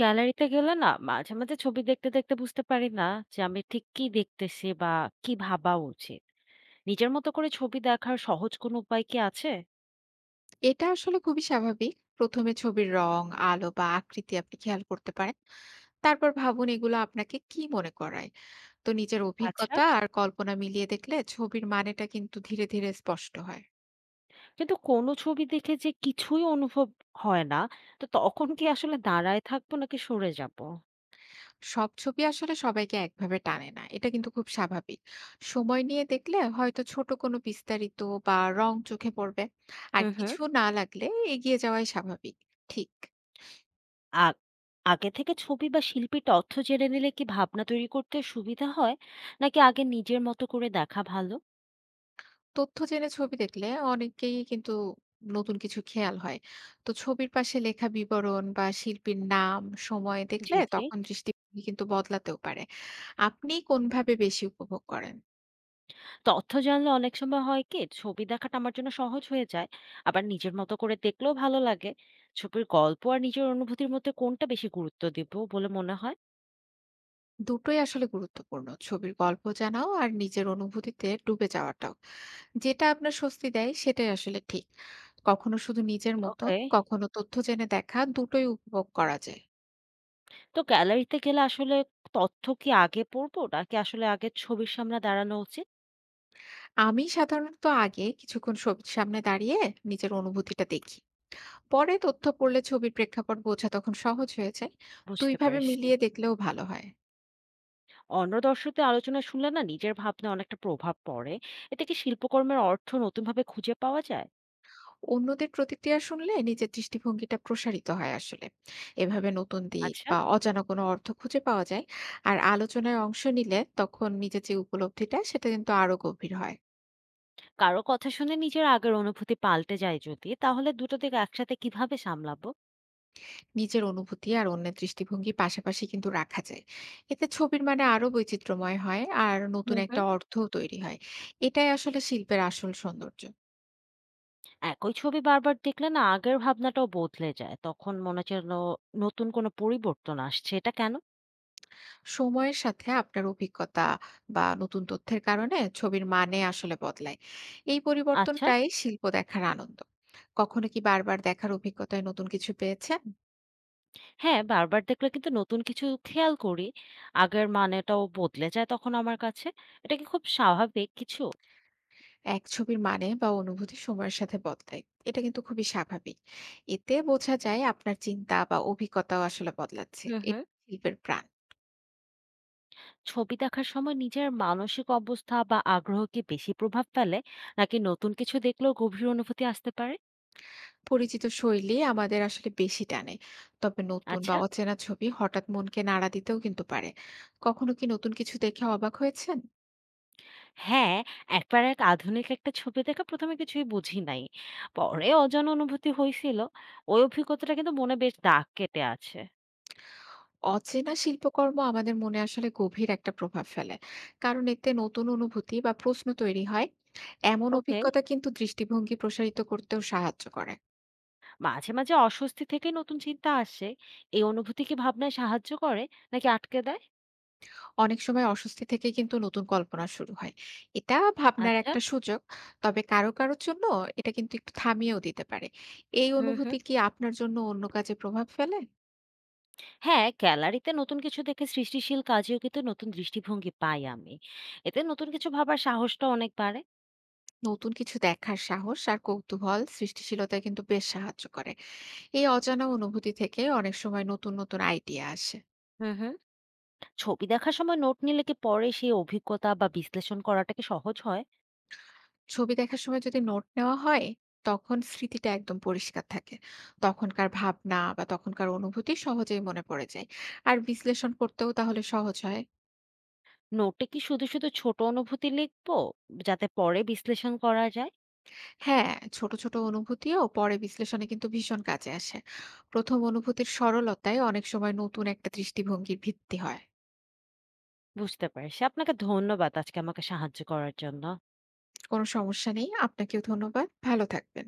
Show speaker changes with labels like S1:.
S1: গ্যালারিতে গেলে না মাঝে, মাঝে ছবি দেখতে, দেখতে বুঝতে পারি না যে আমি ঠিক কি দেখতেছি বা কি ভাবা উচিত। নিজের মতো করে ছবি দেখার সহজ কোনো উপায় কি আছে?
S2: এটা আসলে খুবই স্বাভাবিক। ১ম এ ছবির রং, আলো বা আকৃতি আপনি খেয়াল করতে পারেন। তারপর ভাবুন এগুলো আপনাকে কি মনে করায়। তো নিজের
S1: আচ্ছা।
S2: অভিজ্ঞতা আর কল্পনা মিলিয়ে দেখলে ছবির মানেটা কিন্তু ধীরে ধীরে স্পষ্ট হয়।
S1: কিন্তু কোনো ছবি দেখে যে কিছুই অনুভব হয় না, তো তখন কি আসলে দাঁড়ায় থাকবো নাকি সরে যাবো?
S2: সব ছবি আসলে সবাইকে একভাবে টানে না। এটা কিন্তু খুব স্বাভাবিক। সময় নিয়ে দেখলে হয়তো ছোট কোনো বিস্তারিত বা রং চোখে পড়বে। আর
S1: হুম, হুম।
S2: কিছু না লাগলে এগিয়ে যাওয়াই স্বাভাবিক। ঠিক।
S1: আ আগে থেকে ছবি বা শিল্পীর তথ্য জেনে নিলে কি ভাবনা তৈরি করতে সুবিধা হয়? নাকি আগে নিজের মতো করে দেখা ভালো?
S2: তথ্য জেনে ছবি দেখলে অনেকেই কিন্তু নতুন কিছু খেয়াল হয়। তো ছবির পাশে লেখা বিবরণ বা শিল্পীর নাম সময় দেখলে
S1: জি, জি।
S2: তখন দৃষ্টিভঙ্গি কিন্তু বদলাতেও পারে। আপনি কোনভাবে বেশি উপভোগ করেন?
S1: তথ্য জানলে অনেক সময় হয় কি ছবি দেখাটা আমার জন্য সহজ হয়ে যায়, আবার নিজের মতো করে দেখলেও ভালো লাগে। ছবির গল্প আর নিজের অনুভূতির মধ্যে কোনটা বেশি গুরুত্ব দেব বলে মনে হয়?
S2: দুটোই আসলে গুরুত্বপূর্ণ, ছবির গল্প জানাও আর নিজের অনুভূতিতে ডুবে যাওয়াটাও। যেটা আপনার স্বস্তি দেয় সেটাই আসলে ঠিক। কখনো শুধু নিজের মতো,
S1: ওকে।
S2: কখনো তথ্য জেনে দেখা, দুটোই উপভোগ করা যায়।
S1: তো গ্যালারিতে গেলে আসলে তথ্য কি আগে পড়বো নাকি আসলে আগে ছবির সামনে দাঁড়ানো উচিত?
S2: আমি সাধারণত আগে কিছুক্ষণ ছবির সামনে দাঁড়িয়ে নিজের অনুভূতিটা দেখি। পরে তথ্য পড়লে ছবির প্রেক্ষাপট বোঝা তখন সহজ হয়ে যায়।
S1: বুঝতে
S2: দুইভাবে
S1: পারছি।
S2: মিলিয়ে দেখলেও ভালো হয়।
S1: অন্য দর্শকদের আলোচনা শুনলে না নিজের ভাবনা অনেকটা প্রভাব পড়ে। এতে কি শিল্পকর্মের অর্থ নতুনভাবে খুঁজে পাওয়া যায়?
S2: অন্যদের প্রতিক্রিয়া শুনলে নিজের দৃষ্টিভঙ্গিটা প্রসারিত হয় আসলে। এভাবে নতুন দিক
S1: আচ্ছা।
S2: বা অজানা কোনো অর্থ খুঁজে পাওয়া যায়। আর আলোচনায় অংশ নিলে তখন নিজের যে উপলব্ধিটা সেটা কিন্তু আরো গভীর হয়।
S1: কারো কথা শুনে নিজের আগের অনুভূতি পাল্টে যায় যদি, তাহলে দুটো দিক একসাথে কিভাবে সামলাবো?
S2: নিজের অনুভূতি আর অন্যের দৃষ্টিভঙ্গি পাশাপাশি কিন্তু রাখা যায়। এতে ছবির মানে আরো বৈচিত্র্যময় হয় আর নতুন
S1: হুম,
S2: একটা
S1: হুম।
S2: অর্থও তৈরি হয়। এটাই আসলে শিল্পের আসল সৌন্দর্য।
S1: একই ছবি বারবার দেখলে না আগের ভাবনাটাও বদলে যায়। তখন মনে হচ্ছে যেন নতুন কোনো পরিবর্তন আসছে। এটা কেন?
S2: সময়ের সাথে আপনার অভিজ্ঞতা বা নতুন তথ্যের কারণে ছবির মানে আসলে বদলায়। এই
S1: আচ্ছা,
S2: পরিবর্তনটাই শিল্প দেখার আনন্দ। কখনো কি বারবার দেখার অভিজ্ঞতায় নতুন কিছু পেয়েছেন?
S1: হ্যাঁ, বারবার দেখলে কিন্তু নতুন কিছু খেয়াল করি। আগের মানেটাও বদলে যায় তখন আমার কাছে। এটা কি খুব স্বাভাবিক কিছু?
S2: এক ছবির মানে বা অনুভূতি সময়ের সাথে বদলায়, এটা কিন্তু খুবই স্বাভাবিক। এতে বোঝা যায় আপনার চিন্তা বা অভিজ্ঞতাও আসলে বদলাচ্ছে।
S1: হুম,
S2: এটা
S1: হুম।
S2: শিল্পের প্রাণ।
S1: ছবি দেখার সময় নিজের মানসিক অবস্থা বা আগ্রহ কি বেশি প্রভাব ফেলে? নাকি নতুন কিছু দেখলেও গভীর অনুভূতি আসতে পারে?
S2: পরিচিত শৈলী আমাদের আসলে বেশি টানে, তবে নতুন বা
S1: আচ্ছা।
S2: অচেনা ছবি হঠাৎ মনকে নাড়া দিতেও কিন্তু পারে। কখনো কি নতুন কিছু দেখে অবাক হয়েছেন?
S1: হ্যাঁ, একবার এক আধুনিক একটা ছবি দেখে ১ম এ কিছুই বুঝি নাই। পরে অজানা অনুভূতি হইছিল। ওই অভিজ্ঞতাটা কিন্তু মনে বেশ দাগ কেটে আছে।
S2: অচেনা শিল্পকর্ম আমাদের মনে আসলে গভীর একটা প্রভাব ফেলে, কারণ এতে নতুন অনুভূতি বা প্রশ্ন তৈরি হয়। এমন
S1: ওকে।
S2: অভিজ্ঞতা কিন্তু দৃষ্টিভঙ্গি প্রসারিত করতেও সাহায্য করে।
S1: মাঝে, মাঝে অস্বস্তি থেকে নতুন চিন্তা আসে। এই অনুভূতি কি ভাবনায় সাহায্য করে নাকি আটকে দেয়?
S2: অনেক সময় অস্বস্তি থেকে কিন্তু নতুন কল্পনা শুরু হয়। এটা ভাবনার
S1: আচ্ছা।
S2: একটা সুযোগ। তবে কারো কারোর জন্য এটা কিন্তু একটু থামিয়েও দিতে পারে। এই
S1: হুম, হুম।
S2: অনুভূতি কি আপনার জন্য অন্য কাজে প্রভাব ফেলে?
S1: হ্যাঁ, গ্যালারিতে নতুন কিছু দেখে সৃষ্টিশীল কাজেও কিন্তু নতুন দৃষ্টিভঙ্গি পাই আমি। এতে নতুন কিছু ভাবার সাহসটা অনেক বাড়ে।
S2: নতুন কিছু দেখার সাহস আর কৌতূহল সৃষ্টিশীলতায় কিন্তু বেশ সাহায্য করে। এই অজানা অনুভূতি থেকে অনেক সময় নতুন নতুন আইডিয়া আসে।
S1: হুম, হুম। ছবি দেখার সময় নোট নিলে কি পরে সেই অভিজ্ঞতা বা বিশ্লেষণ করাটা কি সহজ হয়?
S2: ছবি দেখার সময় যদি নোট নেওয়া হয়, তখন স্মৃতিটা একদম পরিষ্কার থাকে। তখনকার ভাবনা বা তখনকার অনুভূতি সহজেই মনে পড়ে যায়। আর বিশ্লেষণ করতেও তাহলে সহজ হয়।
S1: নোটে কি শুধু, শুধু ছোট অনুভূতি লিখবো? যাতে পরে বিশ্লেষণ করা যায়?
S2: হ্যাঁ, ছোট ছোট অনুভূতিও পরে বিশ্লেষণে কিন্তু ভীষণ কাজে আসে। ১ম অনুভূতির সরলতায় অনেক সময় নতুন একটা দৃষ্টিভঙ্গির ভিত্তি হয়।
S1: বুঝতে পারছি। আপনাকে ধন্যবাদ আজকে আমাকে সাহায্য করার জন্য।
S2: কোনো সমস্যা নেই। আপনাকেও ধন্যবাদ। ভালো থাকবেন।